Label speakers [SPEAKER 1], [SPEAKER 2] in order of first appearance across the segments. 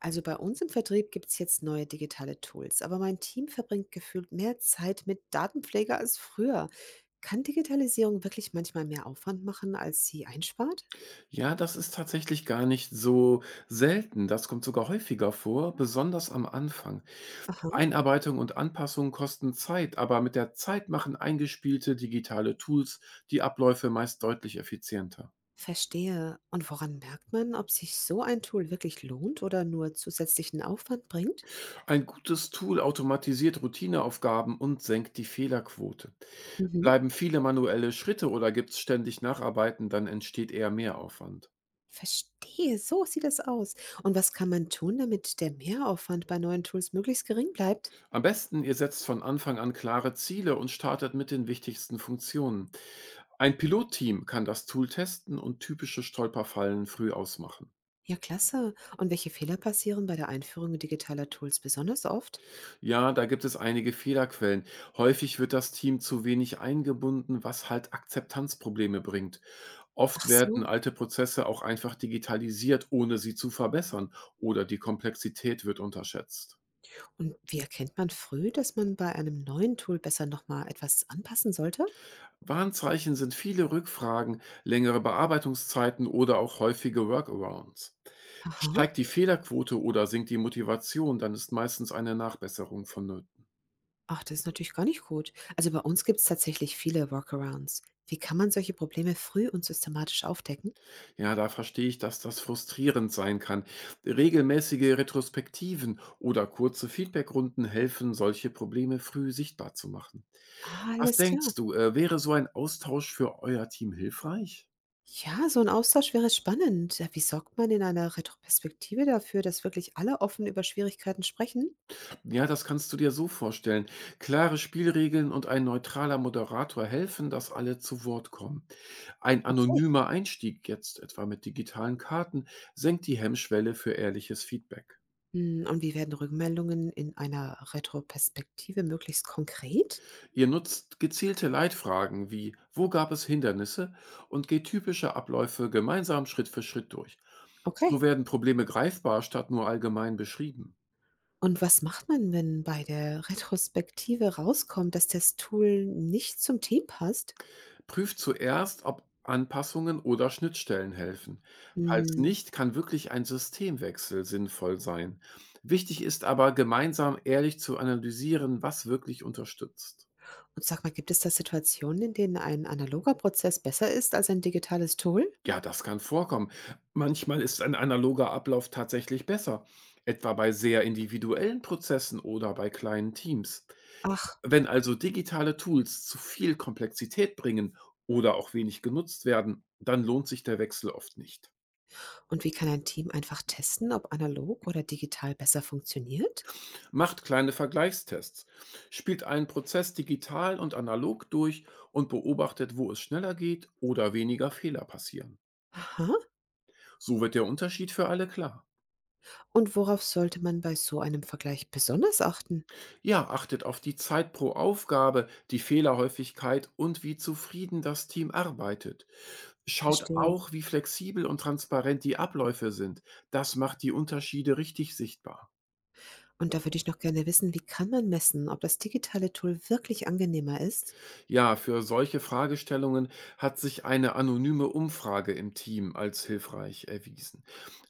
[SPEAKER 1] Also bei uns im Vertrieb gibt es jetzt neue digitale Tools, aber mein Team verbringt gefühlt mehr Zeit mit Datenpflege als früher. Kann Digitalisierung wirklich manchmal mehr Aufwand machen, als sie einspart?
[SPEAKER 2] Ja, das ist tatsächlich gar nicht so selten. Das kommt sogar häufiger vor, besonders am Anfang.
[SPEAKER 1] Aha,
[SPEAKER 2] Einarbeitung und Anpassung kosten Zeit, aber mit der Zeit machen eingespielte digitale Tools die Abläufe meist deutlich effizienter.
[SPEAKER 1] verstehe. Und woran merkt man, ob sich so ein Tool wirklich lohnt oder nur zusätzlichen Aufwand bringt?
[SPEAKER 2] Ein gutes Tool automatisiert Routineaufgaben und senkt die Fehlerquote.
[SPEAKER 1] Mhm.
[SPEAKER 2] Bleiben viele manuelle Schritte oder gibt es ständig Nacharbeiten, dann entsteht eher Mehraufwand.
[SPEAKER 1] Verstehe, so sieht das aus. Und was kann man tun, damit der Mehraufwand bei neuen Tools möglichst gering bleibt?
[SPEAKER 2] Am besten, ihr setzt von Anfang an klare Ziele und startet mit den wichtigsten Funktionen. Ein Pilotteam kann das Tool testen und typische Stolperfallen früh ausmachen.
[SPEAKER 1] Ja, klasse. Und welche Fehler passieren bei der Einführung digitaler Tools besonders oft?
[SPEAKER 2] Ja, da gibt es einige Fehlerquellen. Häufig wird das Team zu wenig eingebunden, was halt Akzeptanzprobleme bringt. Oft
[SPEAKER 1] Ach
[SPEAKER 2] werden
[SPEAKER 1] so.
[SPEAKER 2] alte Prozesse auch einfach digitalisiert, ohne sie zu verbessern, oder die Komplexität wird unterschätzt.
[SPEAKER 1] Und wie erkennt man früh, dass man bei einem neuen Tool besser noch mal etwas anpassen sollte?
[SPEAKER 2] Warnzeichen sind viele Rückfragen, längere Bearbeitungszeiten oder auch häufige Workarounds.
[SPEAKER 1] Aha.
[SPEAKER 2] Steigt die Fehlerquote oder sinkt die Motivation, dann ist meistens eine Nachbesserung vonnöten.
[SPEAKER 1] Ach, das ist natürlich gar nicht gut. Also bei uns gibt es tatsächlich viele Workarounds. Wie kann man solche Probleme früh und systematisch aufdecken?
[SPEAKER 2] Ja, da verstehe ich, dass das frustrierend sein kann. Regelmäßige Retrospektiven oder kurze Feedbackrunden helfen, solche Probleme früh sichtbar zu machen.
[SPEAKER 1] Ah,
[SPEAKER 2] Was
[SPEAKER 1] alles
[SPEAKER 2] denkst
[SPEAKER 1] klar.
[SPEAKER 2] du, wäre so ein Austausch für euer Team hilfreich?
[SPEAKER 1] Ja, so ein Austausch wäre spannend. Ja, wie sorgt man in einer Retroperspektive dafür, dass wirklich alle offen über Schwierigkeiten sprechen?
[SPEAKER 2] Ja, das kannst du dir so vorstellen. Klare Spielregeln und ein neutraler Moderator helfen, dass alle zu Wort kommen. Ein
[SPEAKER 1] Okay.
[SPEAKER 2] anonymer Einstieg, jetzt etwa mit digitalen Karten, senkt die Hemmschwelle für ehrliches Feedback.
[SPEAKER 1] Hm, und wie werden Rückmeldungen in einer Retroperspektive möglichst konkret?
[SPEAKER 2] Ihr nutzt gezielte Leitfragen wie „Wo gab es Hindernisse?“ und geht typische Abläufe gemeinsam Schritt für Schritt durch. So
[SPEAKER 1] Okay.
[SPEAKER 2] werden Probleme greifbar statt nur allgemein beschrieben.
[SPEAKER 1] Und was macht man, wenn bei der Retrospektive rauskommt, dass das Tool nicht zum Team passt?
[SPEAKER 2] Prüft zuerst, ob Anpassungen oder Schnittstellen helfen. Falls
[SPEAKER 1] Hm,
[SPEAKER 2] nicht, kann wirklich ein Systemwechsel sinnvoll sein. Wichtig ist aber, gemeinsam ehrlich zu analysieren, was wirklich unterstützt.
[SPEAKER 1] und sag mal, gibt es da Situationen, in denen ein analoger Prozess besser ist als ein digitales Tool?
[SPEAKER 2] Ja, das kann vorkommen. Manchmal ist ein analoger Ablauf tatsächlich besser, etwa bei sehr individuellen Prozessen oder bei kleinen Teams.
[SPEAKER 1] Ach,
[SPEAKER 2] Wenn also digitale Tools zu viel Komplexität bringen oder auch wenig genutzt werden, dann lohnt sich der Wechsel oft nicht.
[SPEAKER 1] und wie kann ein Team einfach testen, ob analog oder digital besser funktioniert?
[SPEAKER 2] Macht kleine Vergleichstests, spielt einen Prozess digital und analog durch und beobachtet, wo es schneller geht oder weniger Fehler passieren.
[SPEAKER 1] Aha,
[SPEAKER 2] So wird der Unterschied für alle klar.
[SPEAKER 1] und worauf sollte man bei so einem Vergleich besonders achten?
[SPEAKER 2] Ja, achtet auf die Zeit pro Aufgabe, die Fehlerhäufigkeit und wie zufrieden das Team arbeitet. Schaut
[SPEAKER 1] Verstehe.
[SPEAKER 2] auch, wie flexibel und transparent die Abläufe sind. Das macht die Unterschiede richtig sichtbar.
[SPEAKER 1] Und da würde ich noch gerne wissen, wie kann man messen, ob das digitale Tool wirklich angenehmer ist?
[SPEAKER 2] Ja, für solche Fragestellungen hat sich eine anonyme Umfrage im Team als hilfreich erwiesen.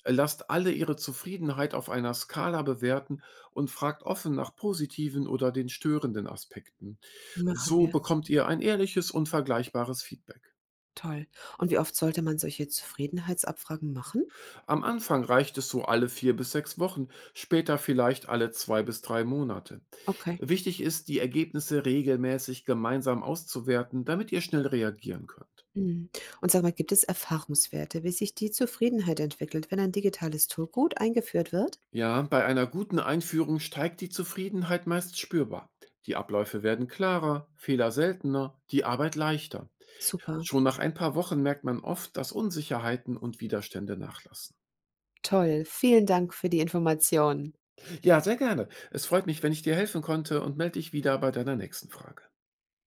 [SPEAKER 2] Lasst alle ihre Zufriedenheit auf einer Skala bewerten und fragt offen nach positiven oder den störenden Aspekten.
[SPEAKER 1] Machen
[SPEAKER 2] So
[SPEAKER 1] wir.
[SPEAKER 2] bekommt ihr ein ehrliches und vergleichbares Feedback.
[SPEAKER 1] Toll. Und wie oft sollte man solche Zufriedenheitsabfragen machen?
[SPEAKER 2] Am Anfang reicht es so alle 4 bis 6 Wochen, später vielleicht alle 2 bis 3 Monate.
[SPEAKER 1] Okay.
[SPEAKER 2] Wichtig ist, die Ergebnisse regelmäßig gemeinsam auszuwerten, damit ihr schnell reagieren könnt.
[SPEAKER 1] Mhm. Und sag mal, gibt es Erfahrungswerte, wie sich die Zufriedenheit entwickelt, wenn ein digitales Tool gut eingeführt wird?
[SPEAKER 2] Ja, bei einer guten Einführung steigt die Zufriedenheit meist spürbar. Die Abläufe werden klarer, Fehler seltener, die Arbeit leichter.
[SPEAKER 1] Super.
[SPEAKER 2] Schon nach ein paar Wochen merkt man oft, dass Unsicherheiten und Widerstände nachlassen.
[SPEAKER 1] Toll. Vielen Dank für die Informationen.
[SPEAKER 2] Ja, sehr gerne. Es freut mich, wenn ich dir helfen konnte und melde dich wieder bei deiner nächsten Frage.